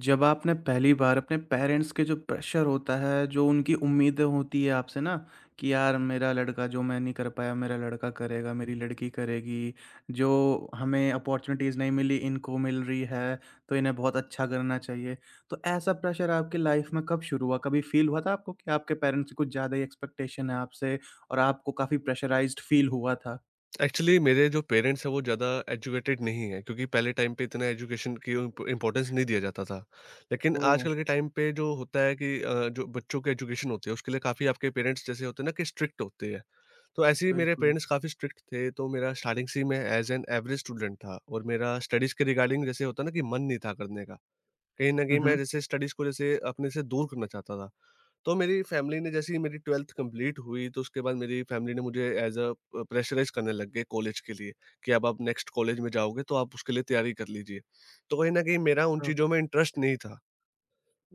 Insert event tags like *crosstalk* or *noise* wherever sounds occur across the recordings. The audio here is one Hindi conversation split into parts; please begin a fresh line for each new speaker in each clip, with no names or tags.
जब आपने पहली बार अपने पेरेंट्स के जो प्रेशर होता है, जो उनकी उम्मीदें होती है आपसे ना कि यार मेरा लड़का जो मैं नहीं कर पाया, मेरा लड़का करेगा, मेरी लड़की करेगी, जो हमें अपॉर्च्युनिटीज़ नहीं मिली, इनको मिल रही है, तो इन्हें बहुत अच्छा करना चाहिए। तो ऐसा प्रेशर आपकी लाइफ में कब शुरू हुआ? कभी फ़ील हुआ था आपको कि आपके पेरेंट्स की कुछ ज़्यादा ही एक्सपेक्टेशन है आपसे और आपको काफ़ी प्रेशराइज़्ड फ़ील हुआ था?
एक्चुअली मेरे जो पेरेंट्स हैं वो ज़्यादा एजुकेटेड नहीं है, क्योंकि पहले टाइम पे इतना एजुकेशन की इम्पोर्टेंस नहीं दिया जाता था। लेकिन
ओह!
आजकल के टाइम पे जो होता है कि जो बच्चों के एजुकेशन होती है उसके लिए काफ़ी आपके पेरेंट्स जैसे होते हैं ना कि स्ट्रिक्ट होते हैं। तो ऐसे ही मेरे
बिल्कुल।
पेरेंट्स काफ़ी स्ट्रिक्ट थे, तो मेरा स्टार्टिंग से ही मैं एज एन एवरेज स्टूडेंट था, और मेरा स्टडीज़ के रिगार्डिंग जैसे होता है ना कि मन नहीं था करने का। कहीं ना
हुँ,
कहीं मैं
हुँ।
जैसे स्टडीज़ को जैसे अपने से दूर करना चाहता था। तो मेरी फैमिली ने जैसे ही मेरी 12th कंप्लीट हुई, तो उसके बाद मेरी फैमिली ने मुझे एज अ प्रेशराइज करने लग गए कॉलेज के लिए कि अब आप नेक्स्ट कॉलेज में जाओगे, तो आप उसके लिए तैयारी कर लीजिए। तो कहीं न कहीं मेरा उन चीज़ों में इंटरेस्ट नहीं था।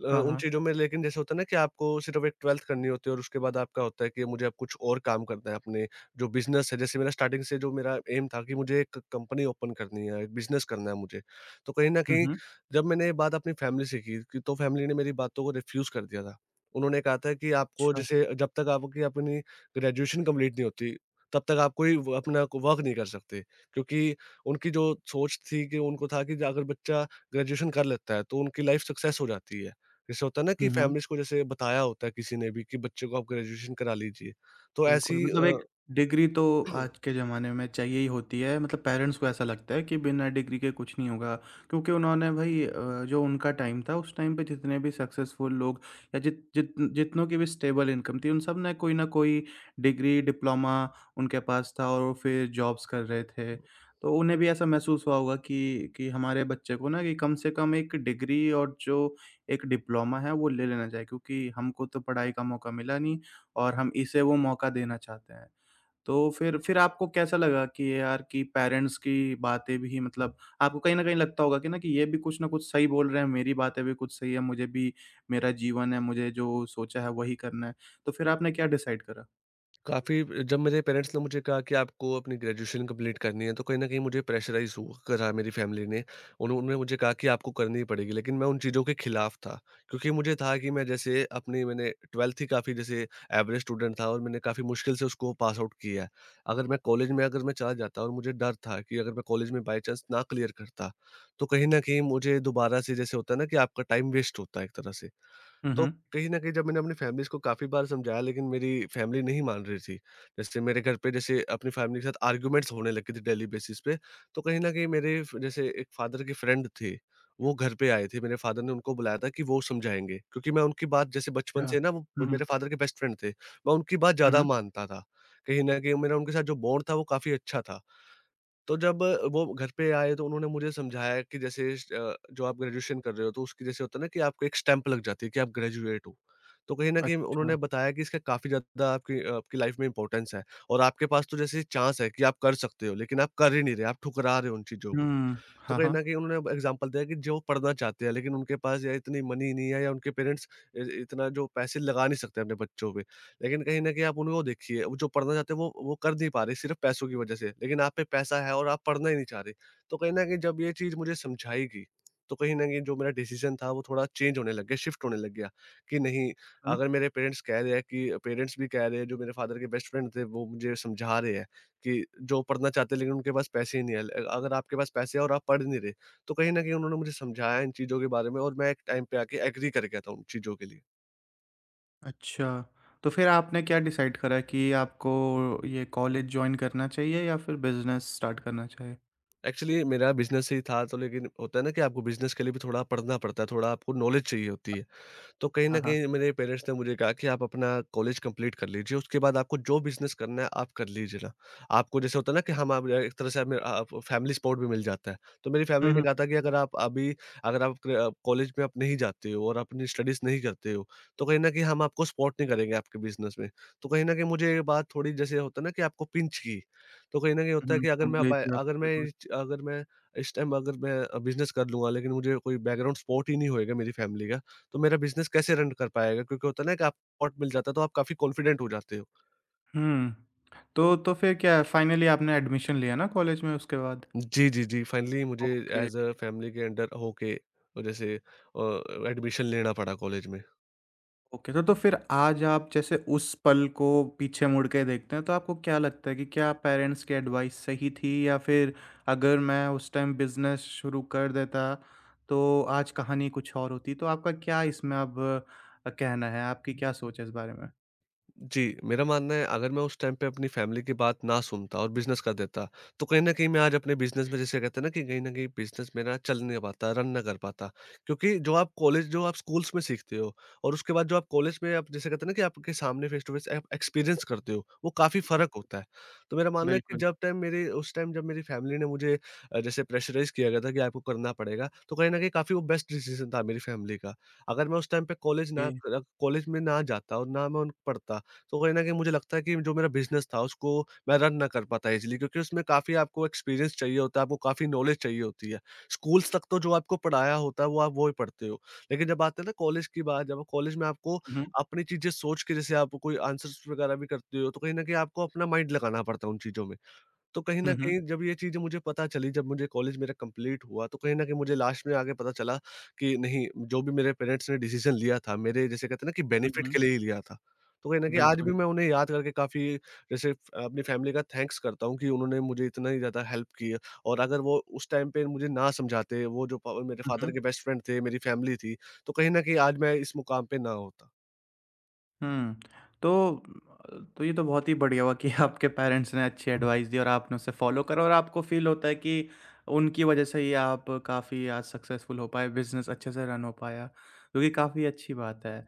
हाँ,
उन
हाँ।
चीज़ों में, लेकिन जैसे होता है ना कि आपको सिर्फ एक 12th करनी होती है और उसके बाद आपका होता है कि मुझे अब कुछ और काम करना है अपने जो बिज़नेस है, जैसे मेरा स्टार्टिंग से जो मेरा एम था कि मुझे एक कंपनी ओपन करनी है, एक बिज़नेस करना है मुझे। तो कहीं न
हुँ,
कहीं
हुँ।
जब मैंने ये बात अपनी फैमिली से की, कि तो फैमिली ने मेरी बातों को रिफ्यूज़ कर दिया था। उन्होंने कहा था कि आपको
अच्छा।
जैसे जब तक आपकी अपनी ग्रेजुएशन कंप्लीट नहीं होती, तब तक आप कोई व अपना वर्क नहीं कर सकते। क्योंकि उनकी जो सोच थी, कि उनको था कि अगर बच्चा ग्रेजुएशन कर लेता है, तो उनकी लाइफ़ सक्सेस हो जाती है। जैसे होता है ना
हुँ,
कि
हुँ।
फैमिलीज़ को जैसे बताया होता है किसी ने भी कि बच्चे को आप ग्रेजुएशन करा लीजिए। तो
बिल्कुल,
ऐसी
मतलब एक
अ
डिग्री तो
*clears throat*
आज के ज़माने में चाहिए ही होती है, मतलब पेरेंट्स को ऐसा लगता है कि बिना डिग्री के कुछ नहीं होगा। क्योंकि उन्होंने भई जो उनका टाइम था, उस टाइम पे जितने भी सक्सेसफुल लोग या जित जित जितनों की भी स्टेबल इनकम थी, उन सब ने कोई न कोई डिग्री, डिप्लोमा उनके पास था और वो फिर जॉब्स कर रहे थे। तो उन्हें भी ऐसा महसूस हुआ होगा कि हमारे बच्चे को ना कि कम से कम एक डिग्री और जो एक डिप्लोमा है, वो ले लेना चाहिए क्योंकि हमको तो पढ़ाई का मौका मिला नहीं। और हम इसे वो मौका देना चाहते हैं। तो फिर आपको कैसा लगा कि ये यार कि पेरेंट्स की बातें भी मतलब आपको कहीं न कहीं लगता होगा कि ना कि ये भी कुछ न कुछ सही बोल रहे हैं, मेरी बातें भी कुछ सही है, मुझे भी मेरा जीवन है, मुझे जो सोचा है वही करना है। तो फिर आपने क्या डिसाइड करा?
काफ़ी जब मेरे पेरेंट्स ने मुझे कहा कि आपको अपनी ग्रेजुएशन कंप्लीट करनी है, तो कहीं न कहीं मुझे प्रेशराइज़ हु करा मेरी फैमिली ने। उन्होंने मुझे कहा कि आपको करनी ही पड़ेगी, लेकिन मैं उन चीज़ों के खिलाफ़ था। क्योंकि मुझे था कि मैं जैसे अपनी मैंने 12th ही काफ़ी जैसे एवरेज स्टूडेंट था, और मैंने काफ़ी मुश्किल से उसको पास आउट किया है। अगर मैं कॉलेज में अगर मैं चला जाता, और मुझे डर था कि अगर मैं कॉलेज में बाय चांस ना क्लियर करता, तो कहीं न कहीं मुझे दोबारा से जैसे होता है ना कि आपका टाइम वेस्ट होता है एक तरह से।
हुँ,
तो
हुँ।
कहीं न कहीं जब मैंने अपनी फैमिलीज़ को काफ़ी बार समझाया, लेकिन मेरी फैमिली नहीं मान रही थी। जैसे मेरे घर पे जैसे अपनी फैमिली के साथ आर्ग्यूमेंट्स होने लगे थे डेली बेसिस पे। तो कहीं न कहीं मेरे फ जैसे एक फादर के फ्रेंड थे, वो घर पे आए थे। मेरे फादर ने उनको बुलाया था कि वो समझाएँगे, क्योंकि मैं उनकी बात जैसे बचपन
अच्छा।
से ना,
हुँ,
वो
हुँ।
मेरे फादर के बेस्ट फ्रेंड थे। मैं उनकी बात
हुँ,
ज़्यादा
हुँ।
मानता था। कहीं न कहीं मेरा उनके साथ जो बॉन्ड था वो काफ़ी अच्छा था। तो जब वो घर पे आए, तो उन्होंने मुझे समझाया कि जैसे जो आप ग्रेजुएशन कर रहे हो, तो उसकी जैसे होता है ना कि आपको एक स्टैम्प लग जाती है कि आप ग्रेजुएट हो। तो कहीं न कहीं उन्होंने
अच्छा।
बताया कि इसका काफ़ी ज़्यादा आपकी आपकी लाइफ़ में इम्पोर्टेंस है। और आपके पास तो जैसे चांस है कि आप कर सकते हो, लेकिन आप कर ही नहीं रहे, आप ठुकरा रहे हो उन चीज़ों को।
हुँ।
तो
हाँ,
कहीं
हाँ।
न कहीं उन्होंने एग्ज़ाम्पल दिया कि जो पढ़ना चाहते हैं, लेकिन उनके पास या इतनी मनी नहीं है, या उनके पेरेंट्स इ इतना जो पैसे लगा नहीं सकते अपने बच्चों पे। लेकिन कहीं न कहीं आप उनको देखिए, वो जो पढ़ना चाहते हैं वो कर नहीं पा रहे सिर्फ़ पैसों की वज़ह से। लेकिन आप पे पैसा है और आप पढ़ना ही नहीं चाह रहे। तो कहीं न कहीं जब ये चीज़ मुझे समझाई गई, तो कहीं न कहीं जो मेरा डिसीज़न था वो थोड़ा चेंज होने लग गया, शिफ्ट होने लग गया कि नहीं,
हुँ।
अगर मेरे पेरेंट्स कह रहे हैं कि पेरेंट्स भी कह रहे हैं, जो मेरे फादर के बेस्ट फ्रेंड थे वो मुझे समझा रहे हैं कि जो पढ़ना चाहते हैं, लेकिन उनके पास पैसे ही नहीं है। अगर आपके पास पैसे हैं और आप पढ़ नहीं रहे, तो कहीं न कहीं उन्होंने मुझे समझाया इन चीज़ों के बारे में, और मैं एक टाइम पे आके एग्री कर गया था उन चीज़ों के लिए।
अच्छा। तो फिर आपने क्या डिसाइड करा कि आपको ये कॉलेज जॉइन करना चाहिए या फिर बिज़नेस स्टार्ट करना चाहिए?
एक्चुअली मेरा बिज़नेस ही था, तो लेकिन होता है ना कि आपको बिज़नेस के लिए भी थोड़ा पढ़ना पड़ता है, थोड़ा आपको नॉलेज चाहिए होती है। तो कहीं
हाँ,
न
हाँ।
कहीं मेरे पेरेंट्स ने मुझे कहा कि आप अपना कॉलेज कंप्लीट कर लीजिए, उसके बाद आपको जो बिज़नेस करना है आप कर लीजिए ना। आपको जैसे होता है ना कि हम आप एक तरह से हमें अ, फ फैमिली सपोर्ट भी मिल जाता है। तो मेरी
हुँ,
फैमिली ने
हुँ।
कहा था कि अगर आप क कॉलेज में आप नहीं जाते हो और अपनी स्टडीज़ नहीं करते हो, तो कहीं न कहीं हम आपको सपोर्ट नहीं करेंगे आपके बिज़नेस में। तो कहीं न कहीं मुझे ये बात थोड़ी जैसे होता है ना कि आपको पिंच की। तो कहीं न कहीं होता है
हुँ,
कि
कब गई थी आप पहली बार?
अगर मैं इस टाइम अगर मैं बिज़नेस कर लूँगा, लेकिन मुझे कोई बैकग्राउंड सपोर्ट ही नहीं होएगा मेरी फैमिली का, तो मेरा बिज़नेस कैसे रन कर पाएगा? क्योंकि होता है ना कि आपको सपोर्ट मिल जाता है, तो आप काफ़ी कॉन्फिडेंट हो जाते हो।
हुँ, तो फिर क्या फाइनली आपने एडमिशन लिया ना कॉलेज में उसके बाद?
जी, जी, जी। फाइनली मुझे
ओके,
एज़ अ फैमिली के अंडर होके जैसे एडमिशन लेना पड़ा कॉलेज में।
ओके। तो फिर आज आप जैसे उस पल को पीछे मुड़ के देखते हैं, तो आपको क्या लगता है कि क्या पेरेंट्स की एडवाइस सही थी या फिर अगर मैं उस टाइम बिज़नेस शुरू कर देता, तो आज कहानी कुछ और होती? तो आपका क्या इसमें अब कहना है? आपकी क्या सोच है इस बारे में?
जी, मेरा मानना है, अगर मैं उस टाइम पे अपनी फैमिली की बात ना सुनता और बिज़नेस कर देता, तो कहीं न कहीं मैं आज अपने बिज़नेस में जैसे कहते हैं ना कि कहीं न कहीं बिज़नेस मेरा चल नहीं पाता, रन ना कर पाता। क्योंकि जो आप स्कूल्स में सीखते हो, और उसके बाद जो आप कॉलेज में आप जैसे कहते हैं ना कि आपके सामने फेस टू फेस आप एक्सपीरियंस करते हो, वो काफ़ी फ़र्क होता है। तो मेरा मानना है कि
बिल्कुल,
जब टाइम मेरे उस टाइम जब मेरी फैमिली ने मुझे जैसे प्रेशराइज़ किया गया था कि आपको करना पड़ेगा, तो कहीं न कहीं काफ़ी वो बेस्ट डिसीज़न था मेरी फैमिली का। अगर मैं उस टाइम पे
जी।
कॉलेज में ना जाता और ना मैं उन पढ़ता, तो कहीं न कहीं मुझे लगता है कि जो मेरा बिज़नेस था उसको मैं रन ना कर पाता ईज़िली, क्योंकि उसमें काफ़ी आपको एक्सपीरियंस चाहिए होता है, आपको काफ़ी नॉलेज चाहिए होती है। स्कूल्स तक तो जो आपको पढ़ाया होता है वो आप वो ही पढ़ते हो। लेकिन जब आते हैं ना कॉलेज की बात, जब कॉलेज में आपको
हुँ, हुँ।
अपनी चीज़ें सोच के जैसे आप कोई आंसर्स वगैरह भी करते हो, तो कहीं न कहीं आपको अपना माइंड लगाना पड़ता है उन चीज़ों में। तो कहीं
हुँ,
न
हुँ।
कहीं जब ये चीज़ें मुझे पता चली, जब मुझे कॉलेज मेरा कंप्लीट हुआ, तो कहीं न कहीं मुझे लास्ट में आगे पता चला कि नहीं, जो भी मेरे पेरेंट्स ने डिसीज़न लिया था, मेरे जैसे कहते हैं ना कि
हुँ,
बेनिफिट
हुँ।
के लिए ही लिया था। तो कहीं न कहीं आज
बिल्कुल।
भी मैं उन्हें याद करके काफ़ी जैसे अपनी फैमिली का थैंक्स करता हूँ कि उन्होंने मुझे इतना ही ज़्यादा हेल्प की है। और अगर वो उस टाइम पे मुझे ना समझाते, वो जो प मेरे
हुँ,
फादर
हुँ।
के बेस्ट फ्रेंड थे, मेरी फैमिली थी, तो कहीं न कहीं आज मैं इस मुकाम पे ना होता।
हुँ। तो तो ये तो बहुत ही बढ़िया हुआ कि *laughs* आपके पेरेंट्स ने अच्छी एडवाइस दी और आपने उसे फ़ॉलो करा और आपको फ़ील होता है कि उनकी वज़ह से ही आप काफ़ी आज सक्सेसफुल हो पाए, बिज़नेस अच्छे से रन हो पाया, जो कि काफ़ी अच्छी बात है।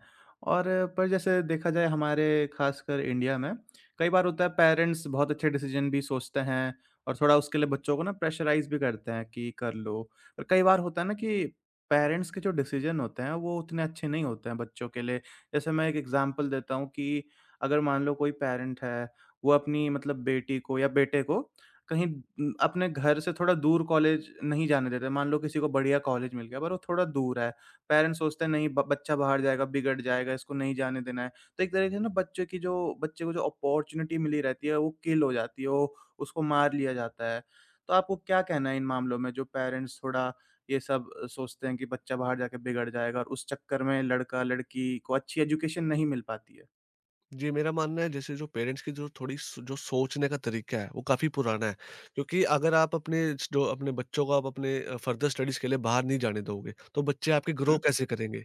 और पर जैसे देखा जाए हमारे ख़ासकर इंडिया में, कई बार होता है पेरेंट्स बहुत अच्छे डिसीज़न भी सोचते हैं और थोड़ा उसके लिए बच्चों को ना प्रेशराइज़ भी करते हैं कि कर लो। और कई बार होता है ना कि पेरेंट्स के जो डिसीज़न होते हैं, वो उतने अच्छे नहीं होते हैं बच्चों के लिए जैसे मैं एक एग्जांपल देता हूँ कि अगर मान लो कोई पेरेंट है, वो अपनी मतलब बेटी को या बेटे को कहीं अपने घर से थोड़ा दूर कॉलेज नहीं जाने देते। मान लो किसी को बढ़िया कॉलेज मिल गया पर वो थोड़ा दूर है। पेरेंट्स सोचते हैं नहीं ब बच्चा बाहर जाएगा, बिगड़ जाएगा, इसको नहीं जाने देना है। तो एक तरीके से ना बच्चे को जो अपॉर्च्युनिटी मिली रहती है वो किल हो जाती है, वो उसको मार लिया जाता है। तो आपको क्या कहना है इन मामलों में जो पेरेंट्स थोड़ा ये सब सोचते हैं कि बच्चा बाहर जाके बिगड़ जाएगा और उस चक्कर में लड़का-लड़की को अच्छी एजुकेशन नहीं मिल पाती है।
जी, मेरा मानना है जैसे जो पेरेंट्स की जो थोड़ी स जो सोचने का तरीका है, वो काफ़ी पुराना है। क्योंकि अगर आप अपने जो अपने बच्चों को आप अपने फर्दर स्टडीज़ के लिए बाहर नहीं जाने दोगे, तो बच्चे आपके
हुँ,
ग्रो कैसे करेंगे?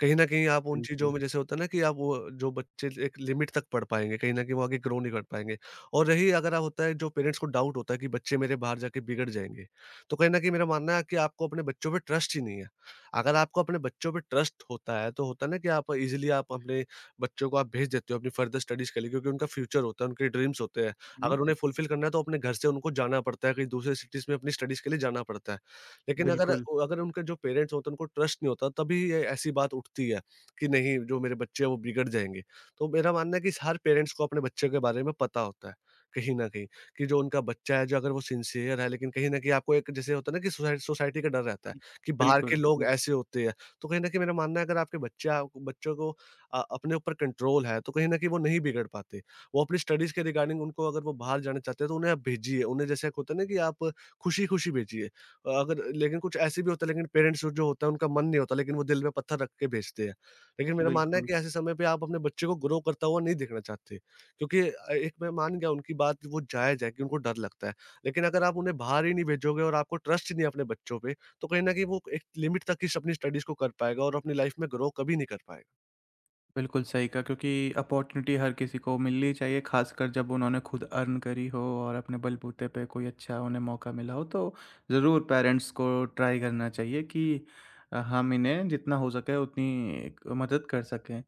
कहीं न कहीं आप उन चीज़ों
बिल्कुल।
में जैसे होता है ना कि आप वो जो बच्चे एक लिमिट तक पढ़ पाएँगे, कहीं न कहीं वो आगे ग्रो नहीं कर पाएँगे। और रही अगर आप होता है जो पेरेंट्स को डाउट होता है कि बच्चे मेरे बाहर जाके बिगड़ जाएँगे, तो कहीं न कहीं मेरा मानना है कि आपको अपने बच्चों पे ट्रस्ट ही नहीं है। अगर आपको अपने बच्चों पे ट्रस्ट होता है, तो होता है ना कि आप ईज़िली आप अपने बच्चों को आप भेज देते हो अपनी फर्दर स्टडीज़ के लिए, क्योंकि उनका फ्यूचर होता है, उनके ड्रीम्स होते हैं।
हुँ।
अगर उन्हें फुलफ़िल करना है तो अपने घर से उनको जाना पड़ता है, कहीं दूसरे सिटीज़ में अपनी स्टडीज़ के लिए जाना पड़ता है। लेकिन अगर
बिल्कुल।
अगर उनके जो पेरेंट्स होते हैं उनको ट्रस्ट नहीं होता, तभी ये ऐसी बात उठती है कि नहीं, जो मेरे बच्चे हैं वो बिगड़ जाएँगे। तो मेरा मानना है कि हर पेरेंट्स को अपने बच्चे के बारे में पता होता है, कहीं न कहीं, कि जो उनका बच्चा है, जो अगर वो सिंसियर है, लेकिन कहीं न कहीं आपको एक जैसे होता है ना कि सोसाइटी का डर रहता है
हुँ।
कि बाहर
बिल्कुल,
के लोग ऐसे होते हैं। तो कहीं न कहीं मेरा मानना है, अगर आपके बच्चा बच्चों को अपने ऊपर कंट्रोल है, तो कहीं न कहीं वो नहीं बिगड़ पाते। वो अपनी स्टडीज़ के रिगार्डिंग, उनको अगर वो बाहर जाना चाहते हैं तो उन्हें आप भेजिए, उन्हें जैसे एक होता है ना, कि आप खुशी-खुशी भेजिए। अगर लेकिन कुछ ऐसे भी होता है, लेकिन पेरेंट्स जो होता है उनका मन नहीं होता, लेकिन वो दिल में पत्थर रख के भेजते हैं। लेकिन मेरा मानना है
बिल्कुल,
कि ऐसे समय पे आप अपने बच्चे को ग्रो करता हुआ नहीं देखना चाहते, क्योंकि एक मैं मान गया, उनकी बात वो जायज़ है कि उनको डर लगता है। लेकिन अगर आप उन्हें बाहर ही नहीं भेजोगे और आपको ट्रस्ट ही नहीं है अपने बच्चों पे, तो कहीं न कहीं वो एक लिमिट तक ही स अपनी स्टडीज़ को कर पाएगा और अपनी लाइफ़ में ग्रो कभी नहीं कर पाएगा।
बिल्कुल सही कहा क्योंकि अपॉर्च्युनिटी हर किसी को मिलनी चाहिए, ख़ासकर जब उन्होंने खुद अर्न करी हो और अपने बलबूते पे कोई अच्छा उन्हें मौका मिला हो, तो ज़रूर पेरेंट्स को ट्राई करना चाहिए कि हम इन्हें जितना हो सके उतनी एक मदद कर सकें।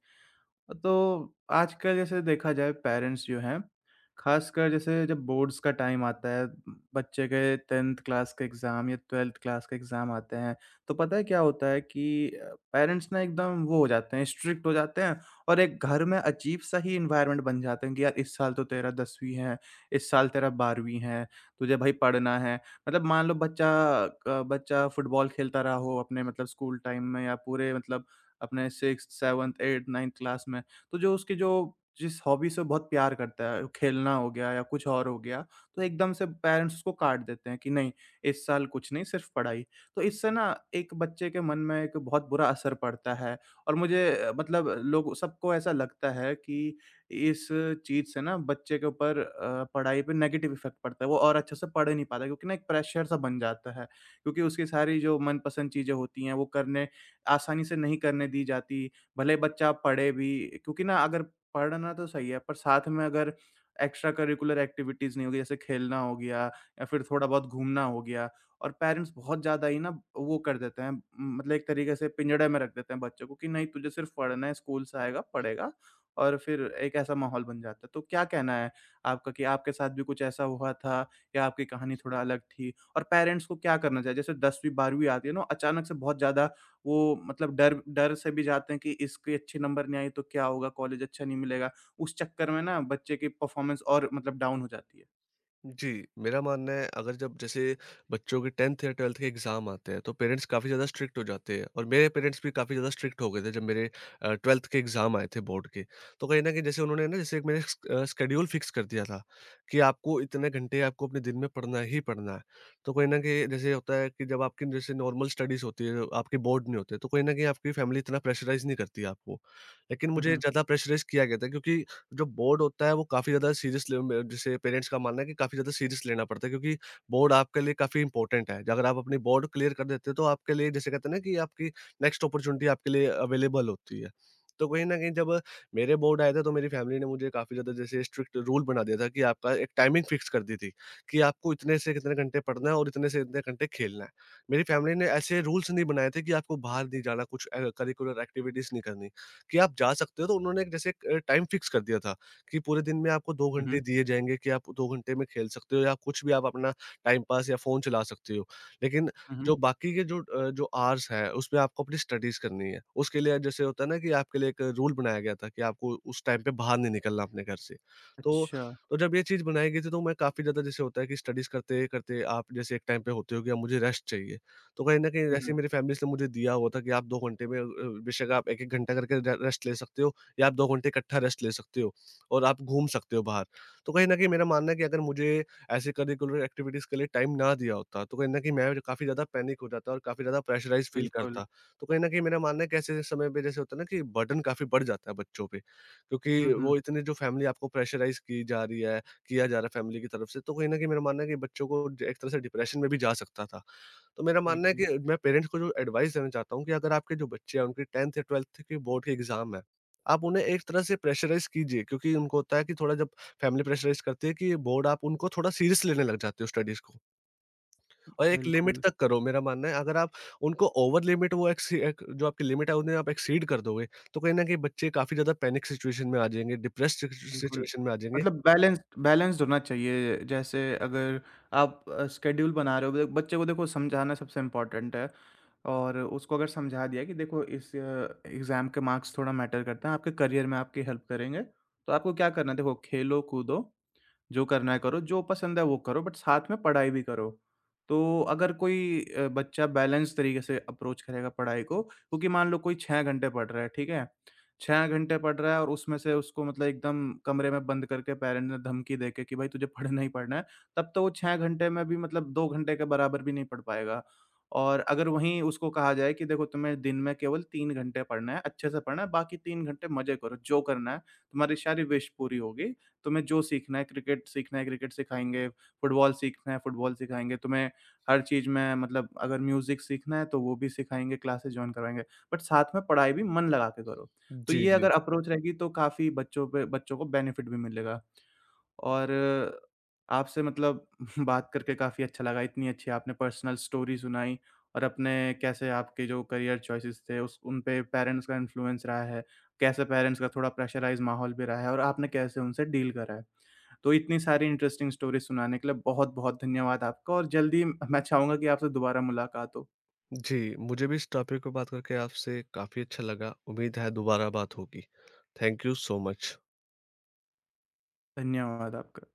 तो आजकल जैसे देखा जाए पेरेंट्स जो हैं, ख़ासकर जैसे जब बोर्ड्स का टाइम आता है, बच्चे के 10th क्लास के एग्ज़ाम या 12th क्लास के एग्ज़ाम आते हैं, तो पता है क्या होता है कि पेरेंट्स ना एकदम वो हो जाते हैं, स्ट्रिक्ट हो जाते हैं और एक घर में अजीब-सा ही एनवायरनमेंट बन जाता है कि यार इस साल तो तेरा 10वीं है, इस साल तेरा 12वीं है, तुझे भई पढ़ना है। मतलब मान लो बच्चा क बच्चा फुटबॉल खेलता रहा हो अपने मतलब स्कूल टाइम में या पूरे मतलब अपने 6th, 7th, 8th, 9th class में। तो जो उसकी जो जिस हॉबी से बहुत प्यार करता है, खेलना हो गया या कुछ और हो गया, तो एकदम से पेरेंट्स उसको काट देते हैं कि नहीं, इस साल कुछ नहीं, सिर्फ़ पढ़ाई। तो इससे ना एक बच्चे के मन में एक बहुत बुरा असर पड़ता है और मुझे मतलब लोग सबको ऐसा लगता है कि इस चीज़ से ना बच्चे के ऊपर पढ़ाई पे नेगेटिव इफ़ेक्ट पड़ता है। वो और अच्छे से पढ़ ही नहीं पाता क्योंकि ना एक प्रेशर सा बन जाता है, क्योंकि उसकी सारी जो मनपसंद चीज़ें होती हैं, वो करने आसानी से नहीं करने दी जाती, भले बच्चा पढ़े भी। क्योंकि ना अगर पढ़ना तो सही है, पर साथ में अगर एक्स्ट्रा करिकुलर एक्टिविटीज़ नहीं होगी, जैसे खेलना हो गया या फिर थोड़ा बहुत घूमना हो गया और पेरेंट्स बहुत ज़्यादा ही ना वो कर देते हैं मतलब एक तरीके से पिंजड़े में रख देते हैं बच्चों को कि नहीं तुझे सिर्फ़ पढ़ना है, स्कूल से आएगा, पढ़ेगा और फिर एक ऐसा माहौल बन जाता है। तो क्या कहना है आपका कि आपके साथ भी कुछ ऐसा हुआ था या आपकी कहानी थोड़ा अलग थी? और पेरेंट्स को क्या करना चाहिए? जैसे 10वीं 12वीं आती है ना, अचानक से बहुत ज़्यादा वो मतलब डर डर से भी जाते हैं कि इसके अच्छे नंबर नहीं आए तो क्या होगा, कॉलेज अच्छा नहीं मिलेगा। उस चक्कर में ना बच्चे की परफ़ॉर्मेंस और मतलब डाउन हो जाती है।
जी, मेरा मानना है, अगर जब जैसे बच्चों के 10th या 12th के एग्ज़ाम आते हैं तो पेरेंट्स काफ़ी ज़्यादा स्ट्रिक्ट हो जाते हैं, और मेरे पेरेंट्स भी काफ़ी ज़्यादा स्ट्रिक्ट हो गए थे जब मेरे 12th के एग्ज़ाम आए थे बोर्ड के। तो कहीं न कहीं जैसे उन्होंने ना जैसे एक मेरे शेड्यूल फ़िक्स कर दिया था कि आपको इतने घंटे आपको अपने दिन में पढ़ना ही पढ़ना है। तो कहीं न कहीं जैसे होता है कि जब आपकी जैसे नॉर्मल स्टडीज़ होती है, आपके बोर्ड नहीं होते, तो कहीं न कहीं आपकी फैमिली इतना प्रेशराइज़ नहीं करती है आपको। लेकिन
हुँ,
मुझे
हुँ।
ज़्यादा प्रेशराइज़ किया गया था, क्योंकि जो बोर्ड होता है वो काफ़ी ज़्यादा सीरियस ले में जैसे पेरेंट्स का मानना है कि काफ़ी ज़्यादा सीरियस लेना पड़ता है, क्योंकि बोर्ड आपके लिए काफ़ी इंपॉर्टेंट है। अगर आप अपनी बोर्ड क्लियर कर देते हो तो आपके लिए जैसे कहते हैं ना कि आपकी नेक्स्ट अपॉर्च्युनिटी आपके लिए अवेलेबल होती है। तो कहीं न कहीं जब मेरे बोर्ड आए थे तो मेरी फैमिली ने मुझे काफ़ी ज़्यादा जैसे स्ट्रिक्ट रूल बना दिया था कि आपका एक टाइमिंग फिक्स कर दी थी कि आपको इतने से कितने घंटे पढ़ना है और इतने से इतने घंटे खेलना है। मेरी फैमिली ने ऐसे रूल्स नहीं बनाए थे कि आपको बाहर नहीं जाना, कुछ करिकुलर एक्टिविटीज़ नहीं करनी। कि आप जा सकते हो, तो उन्होंने एक जैसे एक टाइम फिक्स कर दिया था कि पूरे दिन में आपको 2
हुँ,
घंटे
हुँ।
दिए जाएँगे, कि आप 2 घंटे में खेल सकते हो, या कुछ भी आप अपना टाइम पास या फ़ोन चला सकते हो। लेकिन
हुँ, हुँ।
जो बाकी के जो जो आवर्स हैं, उसमें आपको अपनी स्टडीज़ करनी है। उसके लिए जैसे होता है ना कि आपके लिए एक रूल बनाया गया था कि आपको उस टाइम पे बाहर नहीं निकलना अपने घर से। तो
अच्छा।
तो जब ये चीज़ बनाई गई थी, तो मैं काफ़ी ज़्यादा जैसे होता है कि स्टडीज़ करते-करते आप जैसे एक टाइम पे होते हो कि अब मुझे रेस्ट चाहिए। तो कहीं न कहीं
हुँ, हुँ।
वैसे मेरी फैमिलीज़ ने मुझे दिया हुआ था कि आप 2 घंटे में बेशक आप 1-1 घंटा करके रे रेस्ट ले सकते हो, या आप 2 घंटे इकट्ठा रेस्ट ले सकते हो और आप घूम सकते हो बाहर। तो कहीं न कहीं मेरा मानना है कि अगर मुझे ऐसे करिकुलर एक्टिविटीज़ के लिए टाइम ना दिया होता, तो कहीं न कहीं मैं काफ़ी ज़्यादा पैनिक हो जाता और काफ़ी ज़्यादा प्रेशराइज़ फ़ील
बिल्कुल।
करता। तो कहीं न कहीं मेरा मानना है कि ऐसे समय पे जैसे होता है ना कि बर्डन काफ़ी बढ़ जाता है बच्चों पे,
हुँ,
क्योंकि
हुँ।
वो इतने जो फैमिली आपको प्रेशराइज़ की जा रही है, किया जा रहा है फैमिली की तरफ से, तो कहीं न कहीं मेरा मानना है कि बच्चों को ज एक तरह से डिप्रेशन में भी जा सकता था। तो मेरा मानना है
बिल्कुल,
कि मैं पेरेंट्स को जो एडवाइस देना चाहता हूँ कि अगर आपके जो बच्चे हैं उनकी 10th या 12th की बोर्ड के एग्जाम है, आप उन्हें एक तरह से प्रेशराइज़ कीजिए, क्योंकि उनको होता है कि थोड़ा जब फैमिली प्रेशराइज़ करती है कि ये बोर्ड, आप उनको थोड़ा सीरियस लेने लग जाते हो स्टडीज़ को, और एक लिमिट
बिल्कुल,
तक करो, मेरा मानना है, अगर आप उनको ओवर लिमिट, वो एक्सी एक जो आपकी लिमिट है उन्हें आप एक्सीड कर दोगे, तो कहीं न कहीं बच्चे काफ़ी ज़्यादा पैनिक सिचुएशन में आ जाएँगे, डिप्रेस्ड
बिल्कुल।
सिचुएशन में आ जाएँगे।
मतलब बैलेंस्ड बैलेंस्ड होना चाहिए। जैसे अगर आप शेड्यूल बना रहे हो, बच्चे को देखो समझाना सबसे इम्पोर्टेंट है। और उसको अगर समझा दिया कि देखो इस एग्ज़ाम के मार्क्स थोड़ा मैटर करते हैं, आपके करियर में आपकी हेल्प करेंगे, तो आपको क्या करना है देखो खेलो, कूदो जो करना है करो, जो पसंद है वो करो बट साथ में पढ़ाई भी करो। तो अगर कोई बच्चा बैलेंस तरीके से अप्रोच करेगा पढ़ाई को क्योंकि मान लो कोई 6 घंटे पढ़ रहा है, ठीक है? 6 घंटे पढ़ रहा है और उसमें से उसको मतलब एकदम कमरे में बंद करके पेरेंट्स ने धमकी देके कि भाई तुझे पढ़ना ही पढ़ना है, तब तो वो 6 घंटे में भी मतलब 2 घंटे के बराबर भी नहीं पढ़ पाएगा। और अगर वहीं उसको कहा जाए कि देखो तुम्हें दिन में केवल 3 घंटे पढ़ना है, अच्छे से पढ़ना है, बाकी 3 घंटे मज़े करो, जो करना है, तुम्हारी सारी विश पूरी होगी। तुम्हें जो सीखना है क्रिकेट सिखाएँगे, फुटबॉल सीखना है फुटबॉल सिखाएँगे, तुम्हें हर चीज़ में मतलब अगर म्यूज़िक सीखना है तो वो भी सिखाएँगे, क्लासेस जॉइन करवाएँगे, बट साथ में पढ़ाई भी मन लगा के करो। तो
जी,
ये
जी।
अगर अप्रोच रहेगी तो काफ़ी बच्चों को बेनिफिट भी मिलेगा और आपसे मतलब *laughs* बात करके काफ़ी अच्छा लगा, इतनी अच्छी आपने पर्सनल स्टोरी सुनाई और अपने कैसे आपके जो करियर चॉइसेस थे उस उन पे पेरेंट्स का इन्फ्लुएंस रहा है, कैसे पेरेंट्स का थोड़ा प्रेशराइज़ माहौल भी रहा है और आपने कैसे उनसे डील करा है। तो इतनी सारी इंटरेस्टिंग स्टोरी सुनाने के लिए बहुत-बहुत धन्यवाद आपका और जल्दी मैं चाहूँगा कि आपसे दोबारा मुलाकात हो।
जी, मुझे भी इस टॉपिक पे बात करके आपसे काफ़ी अच्छा लगा। उम्मीद है दोबारा बात होगी। Thank you so much.
धन्यवाद आपका।